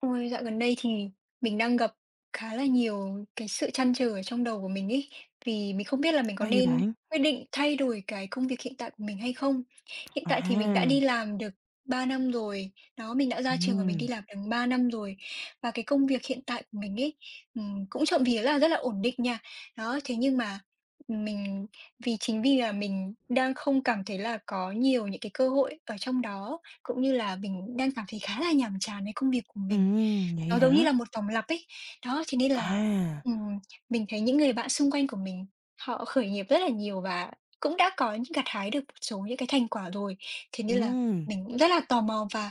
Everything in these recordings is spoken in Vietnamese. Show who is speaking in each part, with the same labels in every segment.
Speaker 1: Ôi, dạo gần đây thì mình đang gặp khá là nhiều cái sự trăn trở ở trong đầu của mình ấy, vì mình không biết là mình có
Speaker 2: Sao vậy
Speaker 1: nên
Speaker 2: bạn?
Speaker 1: quyết định thay đổi cái công việc hiện tại của mình hay không? Hiện tại thì mình đã
Speaker 2: À,
Speaker 1: đi làm được 3 năm rồi, đó, mình đã ra trường và mình đi
Speaker 2: ừm,
Speaker 1: làm được 3 năm rồi. Và cái công việc hiện tại của mình ấy, cũng trộm vía là rất là ổn định nha. Đó, thế nhưng mà mình vì chính vì là mình đang không cảm thấy là có nhiều những cái cơ hội ở trong đó, cũng như là mình đang cảm thấy khá là nhàm chán với công việc của mình.
Speaker 2: vậy
Speaker 1: Nó giống như
Speaker 2: hả?
Speaker 1: là một vòng lặp ấy. Đó, thế nên là,
Speaker 2: À,
Speaker 1: ừm, mình thấy những người bạn xung quanh của mình họ khởi nghiệp rất là nhiều và cũng đã có những gặt hái được một số những cái thành quả rồi. Thế nên là
Speaker 2: ừm,
Speaker 1: mình cũng rất là tò mò và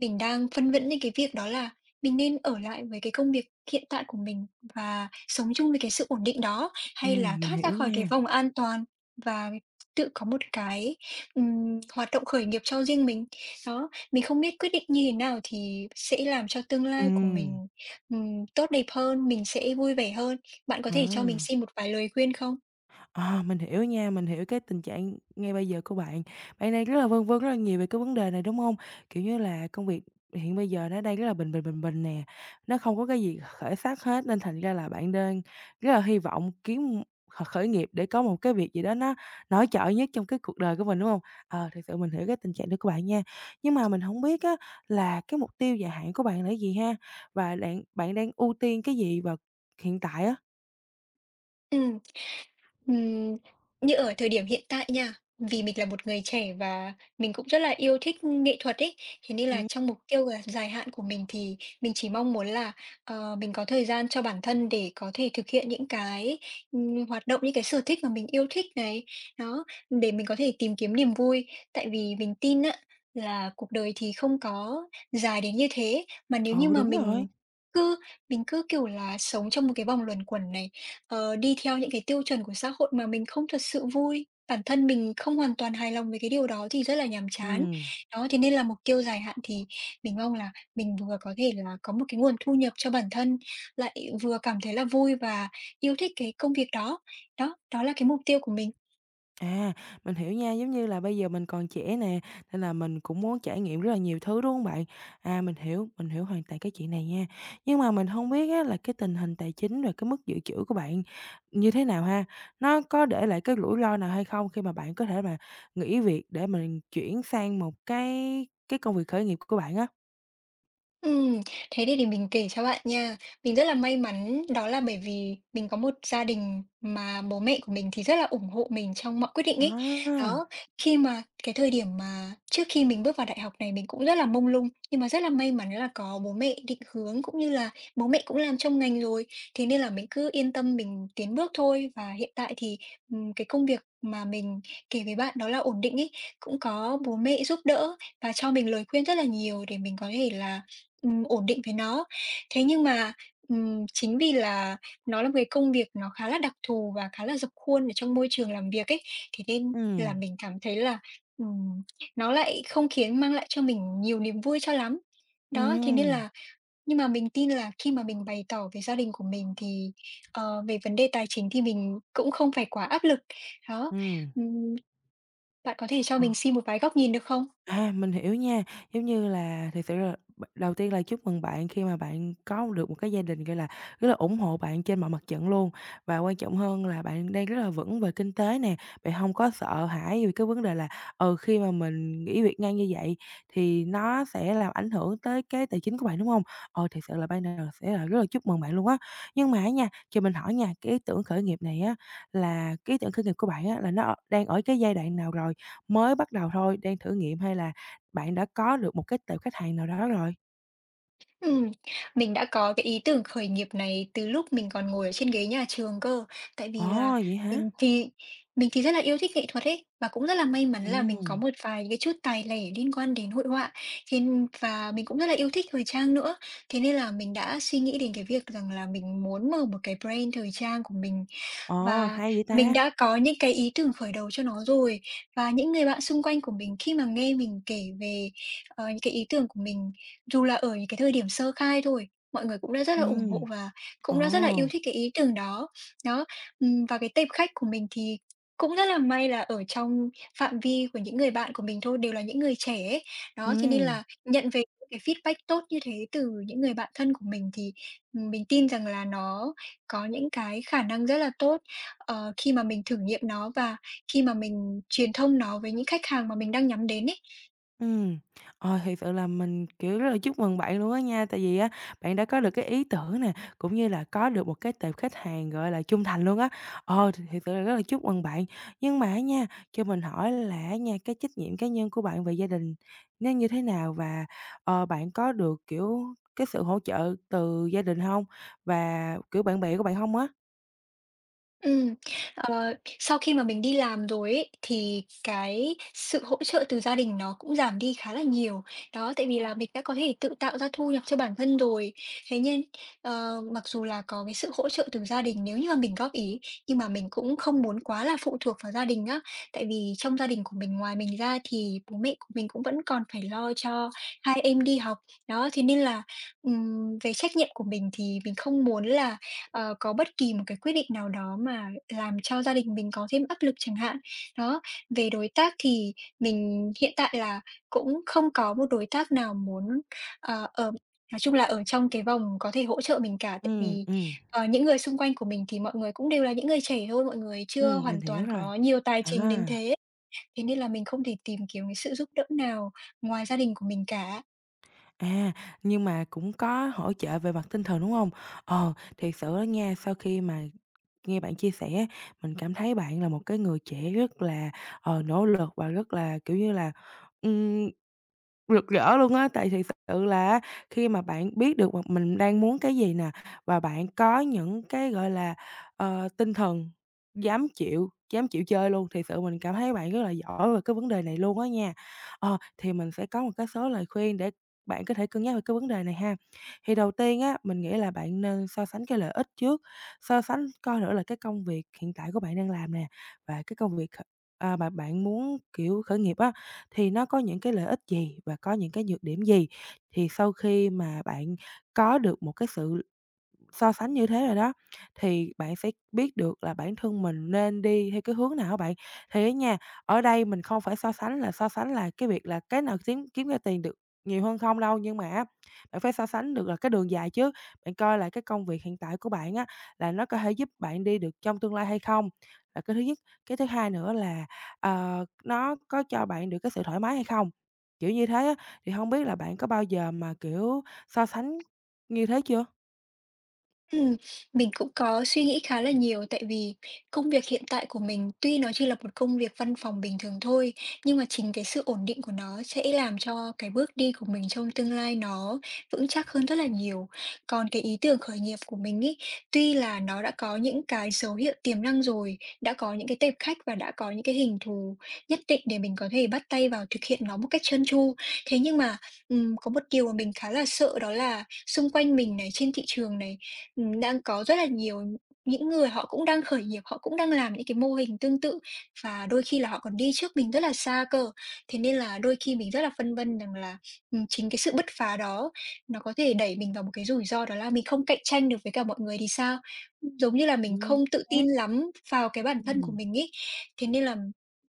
Speaker 1: mình đang phân vân đến cái việc đó là mình nên ở lại với cái công việc hiện tại của mình và sống chung với cái sự ổn định đó, hay là
Speaker 2: mình
Speaker 1: thoát ra
Speaker 2: hiểu
Speaker 1: khỏi cái
Speaker 2: nha.
Speaker 1: vòng an toàn và tự có một cái, hoạt động khởi nghiệp cho riêng mình. Đó, mình không biết quyết định như thế nào thì sẽ làm cho tương lai của
Speaker 2: Ừm,
Speaker 1: mình, tốt đẹp hơn, mình sẽ vui vẻ hơn. Bạn có thể cho mình
Speaker 2: à.
Speaker 1: xin một vài lời khuyên không?
Speaker 2: Ờ, mình hiểu nha, mình hiểu cái tình trạng ngay bây giờ của bạn. Bạn đang rất là vân vân rất là nhiều về cái vấn đề này, đúng không? Kiểu như là, công việc hiện bây giờ nó đang rất là bình bình nè, nó không có cái gì khởi sắc hết nên thành ra là bạn đang rất là hy vọng kiếm khởi nghiệp để có một cái việc gì đó nó nổi trội nhất trong cái cuộc đời của mình, đúng không? Ờ, thực sự mình hiểu cái tình trạng đó của bạn nha. Nhưng mà mình không biết á là cái mục tiêu dài hạn của bạn là gì ha? Và bạn bạn đang ưu tiên cái gì vào hiện tại á?
Speaker 1: Ừm. Ừm, như ở thời điểm hiện tại nha, vì mình là một người trẻ và mình cũng rất là yêu thích nghệ thuật ấy, thế nên là
Speaker 2: Ừm.
Speaker 1: trong mục tiêu là dài hạn của mình thì mình chỉ mong muốn là, mình có thời gian cho bản thân để có thể thực hiện những cái, hoạt động, những cái sở thích mà mình yêu thích này, đó, để mình có thể tìm kiếm niềm vui. Tại vì mình tin á là cuộc đời thì không có dài đến như thế, mà nếu
Speaker 2: Ừ,
Speaker 1: như
Speaker 2: ồ
Speaker 1: mà
Speaker 2: đúng rồi.
Speaker 1: cứ mình cứ, kiểu là, sống trong một cái vòng luẩn quẩn này, đi theo những cái tiêu chuẩn của xã hội mà mình không thật sự vui, bản thân mình không hoàn toàn hài lòng với cái điều đó thì rất là nhàm chán.
Speaker 2: Ừm.
Speaker 1: Đó, thế nên là mục tiêu dài hạn thì mình mong là mình vừa có thể là có một cái nguồn thu nhập cho bản thân, lại vừa cảm thấy là vui và yêu thích cái công việc đó. Đó, đó là cái mục tiêu của mình.
Speaker 2: À, mình hiểu nha, giống như là bây giờ mình còn trẻ nè, nên là mình cũng muốn trải nghiệm rất là nhiều thứ, đúng không bạn? À, mình hiểu hoàn toàn cái chuyện này nha. Nhưng mà mình không biết á là cái tình hình tài chính rồi cái mức dự trữ của bạn như thế nào ha? Nó có để lại cái rủi ro nào hay không khi mà bạn có thể mà nghỉ việc để mình chuyển sang một cái công việc khởi nghiệp của bạn á?
Speaker 1: Ừm, thế thì để mình kể cho bạn nha. Mình rất là may mắn đó là bởi vì mình có một gia đình mà bố mẹ của mình thì rất là ủng hộ mình trong mọi quyết định ấy.
Speaker 2: À,
Speaker 1: Đó, khi mà cái thời điểm mà trước khi mình bước vào đại học này mình cũng rất là mông lung, nhưng mà rất là may mắn là có bố mẹ định hướng cũng như là bố mẹ cũng làm trong ngành rồi, thế nên là mình cứ yên tâm mình tiến bước thôi. Và hiện tại thì, cái công việc mà mình kể với bạn đó là ổn định ấy, cũng có bố mẹ giúp đỡ và cho mình lời khuyên rất là nhiều để mình có thể là ổn định với nó. Thế nhưng mà, chính vì là nó là một cái công việc nó khá là đặc thù và khá là dập khuôn ở trong môi trường làm việc ấy, thế nên
Speaker 2: ừ
Speaker 1: là mình cảm thấy là, ừm, nó lại không khiến mang lại cho mình nhiều niềm vui cho lắm. Đó, thế nên
Speaker 2: ừ
Speaker 1: là nhưng mà mình tin là khi mà mình bày tỏ với gia đình của mình thì, về vấn đề tài chính thì mình cũng không phải quá áp lực. Đó,
Speaker 2: ừ.
Speaker 1: ừm, bạn có thể cho mình xin một vài góc nhìn được không?
Speaker 2: À, mình hiểu nha. Giống như là thực sự là đầu tiên là chúc mừng bạn khi mà bạn có được một cái gia đình, gọi là, rất là ủng hộ bạn trên mọi mặt trận luôn. Và quan trọng hơn là bạn đang rất là vững về kinh tế nè, bạn không có sợ hãi vì cái vấn đề là, ừ, khi mà mình nghỉ việc ngang như vậy thì nó sẽ làm ảnh hưởng tới cái tài chính của bạn, đúng không? Ờ, thiệt sự là ban đầu sẽ là rất là chúc mừng bạn luôn á. Nhưng mà á nha, cho mình hỏi nha, cái ý tưởng khởi nghiệp này á, là cái ý tưởng khởi nghiệp của bạn á, là nó ở đang ở cái giai đoạn nào rồi? Mới bắt đầu thôi, đang thử nghiệm hay là bạn đã có được một cái tệp khách hàng nào đó rồi?
Speaker 1: Ừm, mình đã có cái ý tưởng khởi nghiệp này từ lúc mình còn ngồi ở trên ghế nhà trường cơ. Tại vì
Speaker 2: Ồ,
Speaker 1: là
Speaker 2: vậy hả?
Speaker 1: mình thì mình thì rất là yêu thích nghệ thuật ấy, và cũng rất là may mắn là mình có
Speaker 2: Ừm,
Speaker 1: một vài cái chút tài lẻ liên quan đến hội họa, và mình cũng rất là yêu thích thời trang nữa. Thế nên là mình đã suy nghĩ đến cái việc rằng là mình muốn mở một cái brand thời trang của mình,
Speaker 2: ờ,
Speaker 1: và
Speaker 2: hay vậy
Speaker 1: mình
Speaker 2: ta?
Speaker 1: đã có những cái ý tưởng khởi đầu cho nó rồi. Và những người bạn xung quanh của mình khi mà nghe mình kể về, những cái ý tưởng của mình dù là ở những cái thời điểm sơ khai thôi, mọi người cũng đã rất là ủng
Speaker 2: Ừm,
Speaker 1: hộ và cũng đã rất là yêu
Speaker 2: ồ,
Speaker 1: thích cái ý tưởng đó. Đó, và cái tệp khách của mình thì cũng rất là may là ở trong phạm vi của những người bạn của mình thôi, đều là những người trẻ ấy. Đó, thế nên
Speaker 2: ừm.
Speaker 1: là nhận về những cái feedback tốt như thế từ những người bạn thân của mình thì, mình tin rằng là nó có những cái khả năng rất là tốt, khi mà mình thử nghiệm nó và khi mà mình truyền thông nó với những khách hàng mà mình đang nhắm đến ấy.
Speaker 2: Ừm, ôi thiệt sự là mình, kiểu, rất là chúc mừng bạn luôn á nha, tại vì á, bạn đã có được cái ý tưởng nè, cũng như là có được một cái tệp khách hàng, gọi là, trung thành luôn á. Ờ, thì thiệt sự là rất là chúc mừng bạn. Nhưng mà á nha, cho mình hỏi là nha, cái trách nhiệm cá nhân của bạn về gia đình nó như thế nào? Và, ờ, bạn có được, kiểu, cái sự hỗ trợ từ gia đình không? Và, kiểu, bạn bè của bạn không á?
Speaker 1: Ừm, ờ, sau khi mà mình đi làm rồi ấy, thì cái sự hỗ trợ từ gia đình nó cũng giảm đi khá là nhiều. Đó, tại vì là mình đã có thể tự tạo ra thu nhập cho bản thân rồi. Thế nên, mặc dù là có cái sự hỗ trợ từ gia đình nếu như mà mình góp ý, nhưng mà mình cũng không muốn quá là phụ thuộc vào gia đình á. Tại vì trong gia đình của mình, ngoài mình ra thì bố mẹ của mình cũng vẫn còn phải lo cho hai em đi học. Đó, thế nên là, về trách nhiệm của mình thì mình không muốn là có bất kỳ một cái quyết định nào đó mà làm cho gia đình mình có thêm áp lực chẳng hạn. Đó, về đối tác thì mình hiện tại là cũng không có một đối tác nào muốn, ờ, ở nói chung là ở trong cái vòng có thể hỗ trợ mình cả, tại
Speaker 2: Ừm,
Speaker 1: vì,
Speaker 2: ừm,
Speaker 1: những người xung quanh của mình thì mọi người cũng đều là những người trẻ thôi, mọi người chưa
Speaker 2: mình
Speaker 1: hoàn
Speaker 2: hiểu
Speaker 1: toàn
Speaker 2: rồi.
Speaker 1: có nhiều tài chính đến
Speaker 2: À.
Speaker 1: thế, thế nên là mình không thể tìm kiếm cái sự giúp đỡ nào ngoài gia đình của mình cả.
Speaker 2: À, nhưng mà cũng có hỗ trợ về mặt tinh thần, đúng không? Ờ, thiệt sự á nha, sau khi mà nghe bạn chia sẻ mình cảm thấy bạn là một cái người trẻ rất là, ờ, nỗ lực và rất là, kiểu như là, ừm, rực rỡ luôn á. Tại thiệt sự là khi mà bạn biết được một mình đang muốn cái gì nè, và bạn có những cái, gọi là, ờ, tinh thần dám chịu chơi luôn, thì sự mình cảm thấy bạn rất là giỏi về cái vấn đề này luôn á nha. Ờ, thì mình sẽ có một cái số lời khuyên để bạn có thể cân nhắc về cái vấn đề này ha. Thì đầu tiên á, mình nghĩ là bạn nên so sánh cái lợi ích trước, so sánh coi nữa là cái công việc hiện tại của bạn đang làm nè, và cái công việc à, mà bạn muốn, kiểu, khởi nghiệp á, thì nó có những cái lợi ích gì và có những cái nhược điểm gì? Thì sau khi mà bạn có được một cái sự so sánh như thế rồi đó, thì bạn sẽ biết được là bản thân mình nên đi theo cái hướng nào á bạn. Thì á nha, ở đây mình không phải so sánh là cái việc là cái nào kiếm kiếm ra tiền được nhiều hơn không đâu, nhưng mà á, bạn phải so sánh được là cái đường dài chứ. Bạn coi lại cái công việc hiện tại của bạn á, là nó có thể giúp bạn đi được trong tương lai hay không? Là cái thứ nhất. Cái thứ hai nữa là, ờ, nó có cho bạn được cái sự thoải mái hay không? Kiểu như thế á, thì không biết là bạn có bao giờ mà, kiểu, so sánh như thế chưa?
Speaker 1: Ừm, mình cũng có suy nghĩ khá là nhiều tại vì công việc hiện tại của mình tuy nó chỉ là một công việc văn phòng bình thường thôi, nhưng mà chính cái sự ổn định của nó sẽ làm cho cái bước đi của mình trong tương lai nó vững chắc hơn rất là nhiều. Còn cái ý tưởng khởi nghiệp của mình ấy, tuy là nó đã có những cái dấu hiệu tiềm năng rồi, đã có những cái tệp khách và đã có những cái hình thù nhất định để mình có thể bắt tay vào thực hiện nó một cách trơn tru. Thế nhưng mà, có một điều mà mình khá là sợ đó là xung quanh mình này, trên thị trường này, đang có rất là nhiều những người họ cũng đang khởi nghiệp, họ cũng đang làm những cái mô hình tương tự và đôi khi là họ còn đi trước mình rất là xa cơ. Thế nên là đôi khi mình rất là phân vân rằng là, chính cái sự bứt phá đó nó có thể đẩy mình vào một cái rủi ro đó là mình không cạnh tranh được với cả mọi người thì sao? Giống như là mình
Speaker 2: Ừm,
Speaker 1: không tự tin
Speaker 2: đấy.
Speaker 1: lắm vào cái bản thân của
Speaker 2: Ừm,
Speaker 1: mình ấy, thế nên là,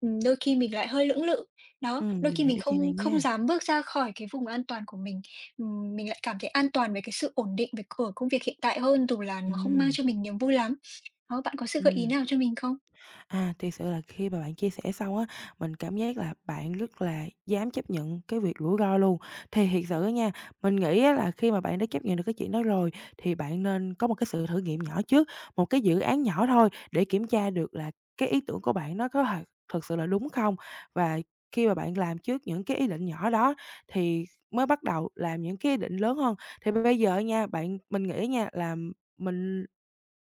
Speaker 1: đôi khi mình lại hơi lưỡng lự. Đó, đôi
Speaker 2: mình
Speaker 1: khi mình
Speaker 2: hiểu chuyện này
Speaker 1: không không
Speaker 2: nha.
Speaker 1: dám bước ra khỏi cái vùng an toàn của mình. Mình lại cảm thấy an toàn về cái sự ổn định về ở công việc hiện tại hơn, dù là nó không mang
Speaker 2: Ừm,
Speaker 1: cho mình niềm vui lắm. Đó, bạn có sự gợi ý
Speaker 2: ừm.
Speaker 1: nào cho mình không?
Speaker 2: À, thực sự là khi mà bạn chia sẻ xong á, mình cảm giác là bạn rất là dám chấp nhận cái việc rủi ro luôn. Thì thiệt sự á nha, mình nghĩ á là khi mà bạn đã chấp nhận được cái chuyện đó rồi thì bạn nên có một cái sự thử nghiệm nhỏ trước, một cái dự án nhỏ thôi để kiểm tra được là cái ý tưởng của bạn nó có thực sự là đúng không? Và khi mà bạn làm trước những cái ý định nhỏ đó thì mới bắt đầu làm những cái ý định lớn hơn. Thì bây giờ nha, mình nghĩ nha là mình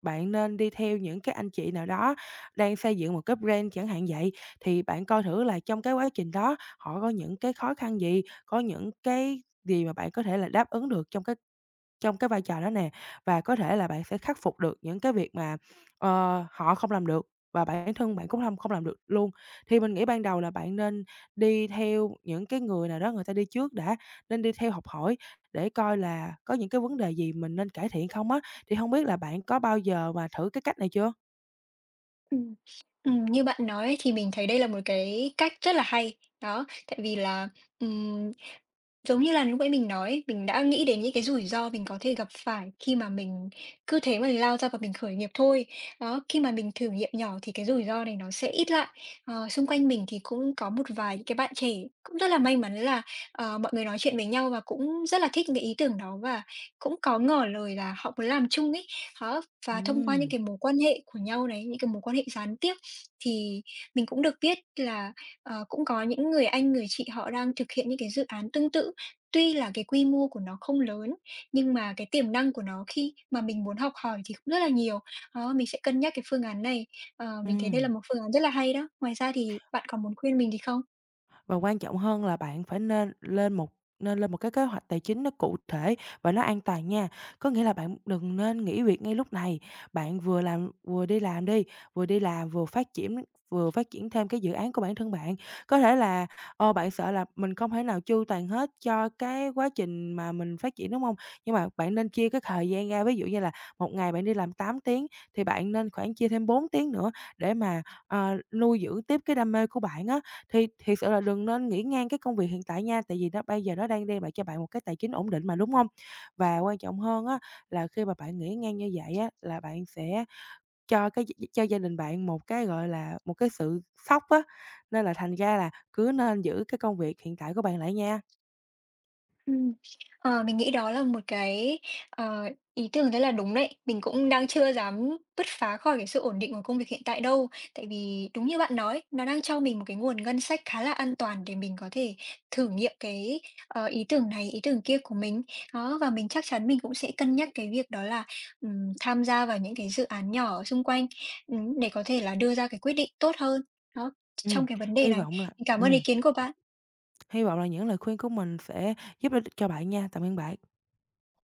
Speaker 2: bạn nên đi theo những cái anh chị nào đó đang xây dựng một cái brand chẳng hạn vậy, thì bạn coi thử là trong cái quá trình đó họ có những cái khó khăn gì, có những cái gì mà bạn có thể là đáp ứng được trong cái vai trò đó nè, và có thể là bạn sẽ khắc phục được những cái việc mà, ờ, họ không làm được và bản thân bạn cũng không không làm được luôn. Thì mình nghĩ ban đầu là bạn nên đi theo những cái người nào đó người ta đi trước đã, nên đi theo học hỏi để coi là có những cái vấn đề gì mình nên cải thiện không á. Thì không biết là bạn có bao giờ mà thử cái cách này chưa?
Speaker 1: Ừm. Như bạn nói ấy, thì mình thấy đây là một cái cách rất là hay. Đó, tại vì là, ừm giống như là lúc nãy mình nói mình đã nghĩ đến những cái rủi ro mình có thể gặp phải khi mà mình cứ thế mà lao ra và mình khởi nghiệp thôi. Đó, khi mà mình thử nghiệm nhỏ thì cái rủi ro này nó sẽ ít lại. Xung quanh mình thì cũng có một vài những cái bạn trẻ cũng rất là may mắn là, mọi người nói chuyện với nhau và cũng rất là thích những cái ý tưởng đó và cũng có ngỏ lời là họ muốn làm chung ấy. Đó, và thông qua những
Speaker 2: Ừm,
Speaker 1: cái mối quan hệ của nhau này, những cái mối quan hệ gián tiếp thì mình cũng được biết là, cũng có những người anh, người chị họ đang thực hiện những cái dự án tương tự. Tuy là cái quy mô của nó không lớn, nhưng mà cái tiềm năng của nó khi mà mình muốn học hỏi thì cũng rất là nhiều. Đó, mình sẽ cân nhắc cái phương án này. Ờ, mình thấy đây là
Speaker 2: ừm.
Speaker 1: một phương án rất là hay đó. Ngoài ra thì bạn còn muốn khuyên mình thì không?
Speaker 2: Và quan trọng hơn là bạn phải nên lên một cái kế hoạch tài chính nó cụ thể và nó an toàn nha. Có nghĩa là bạn đừng nên nghỉ việc ngay lúc này, bạn vừa đi làm đi, vừa đi làm vừa phát triển thêm cái dự án của bản thân bạn. Có thể là, ờ, bạn sợ là mình không thể nào chu toàn hết cho cái quá trình mà mình phát triển, đúng không? Nhưng mà bạn nên chia cái thời gian ra, ví dụ như là một ngày bạn đi làm 8 tiếng thì bạn nên khoảng chia thêm 4 tiếng nữa để mà, ờ, nuôi dưỡng tiếp cái đam mê của bạn á. Thì thiệt sự là đừng nên nghỉ ngang cái công việc hiện tại nha, tại vì nó bây giờ nó đang đem lại cho bạn một cái tài chính ổn định mà, đúng không? Và quan trọng hơn á, là khi mà bạn nghỉ ngang như vậy á, là bạn sẽ cho cái cho gia đình bạn một cái, gọi là, một cái sự sốc á, nên là thành ra là cứ nên giữ cái công việc hiện tại của bạn lại nha.
Speaker 1: Ừm, mình nghĩ đó là một cái, ờ, ý tưởng rất là đúng đấy. Mình cũng đang chưa dám bứt phá khỏi cái sự ổn định của công việc hiện tại đâu. Tại vì đúng như bạn nói, nó đang cho mình một cái nguồn ngân sách khá là an toàn để mình có thể thử nghiệm cái, ý tưởng này, ý tưởng kia của mình. Đó, và mình chắc chắn mình cũng sẽ cân nhắc cái việc đó là, tham gia vào những cái dự án nhỏ ở xung quanh, để có thể là đưa ra cái quyết định tốt hơn. Đó,
Speaker 2: Ừm,
Speaker 1: trong cái vấn đề
Speaker 2: hy
Speaker 1: này.
Speaker 2: vọng là
Speaker 1: Mình cảm ơn
Speaker 2: ừm,
Speaker 1: ý kiến của bạn.
Speaker 2: hy vọng là những lời khuyên của mình sẽ giúp ích cho bạn nha. Tạm biệt bạn.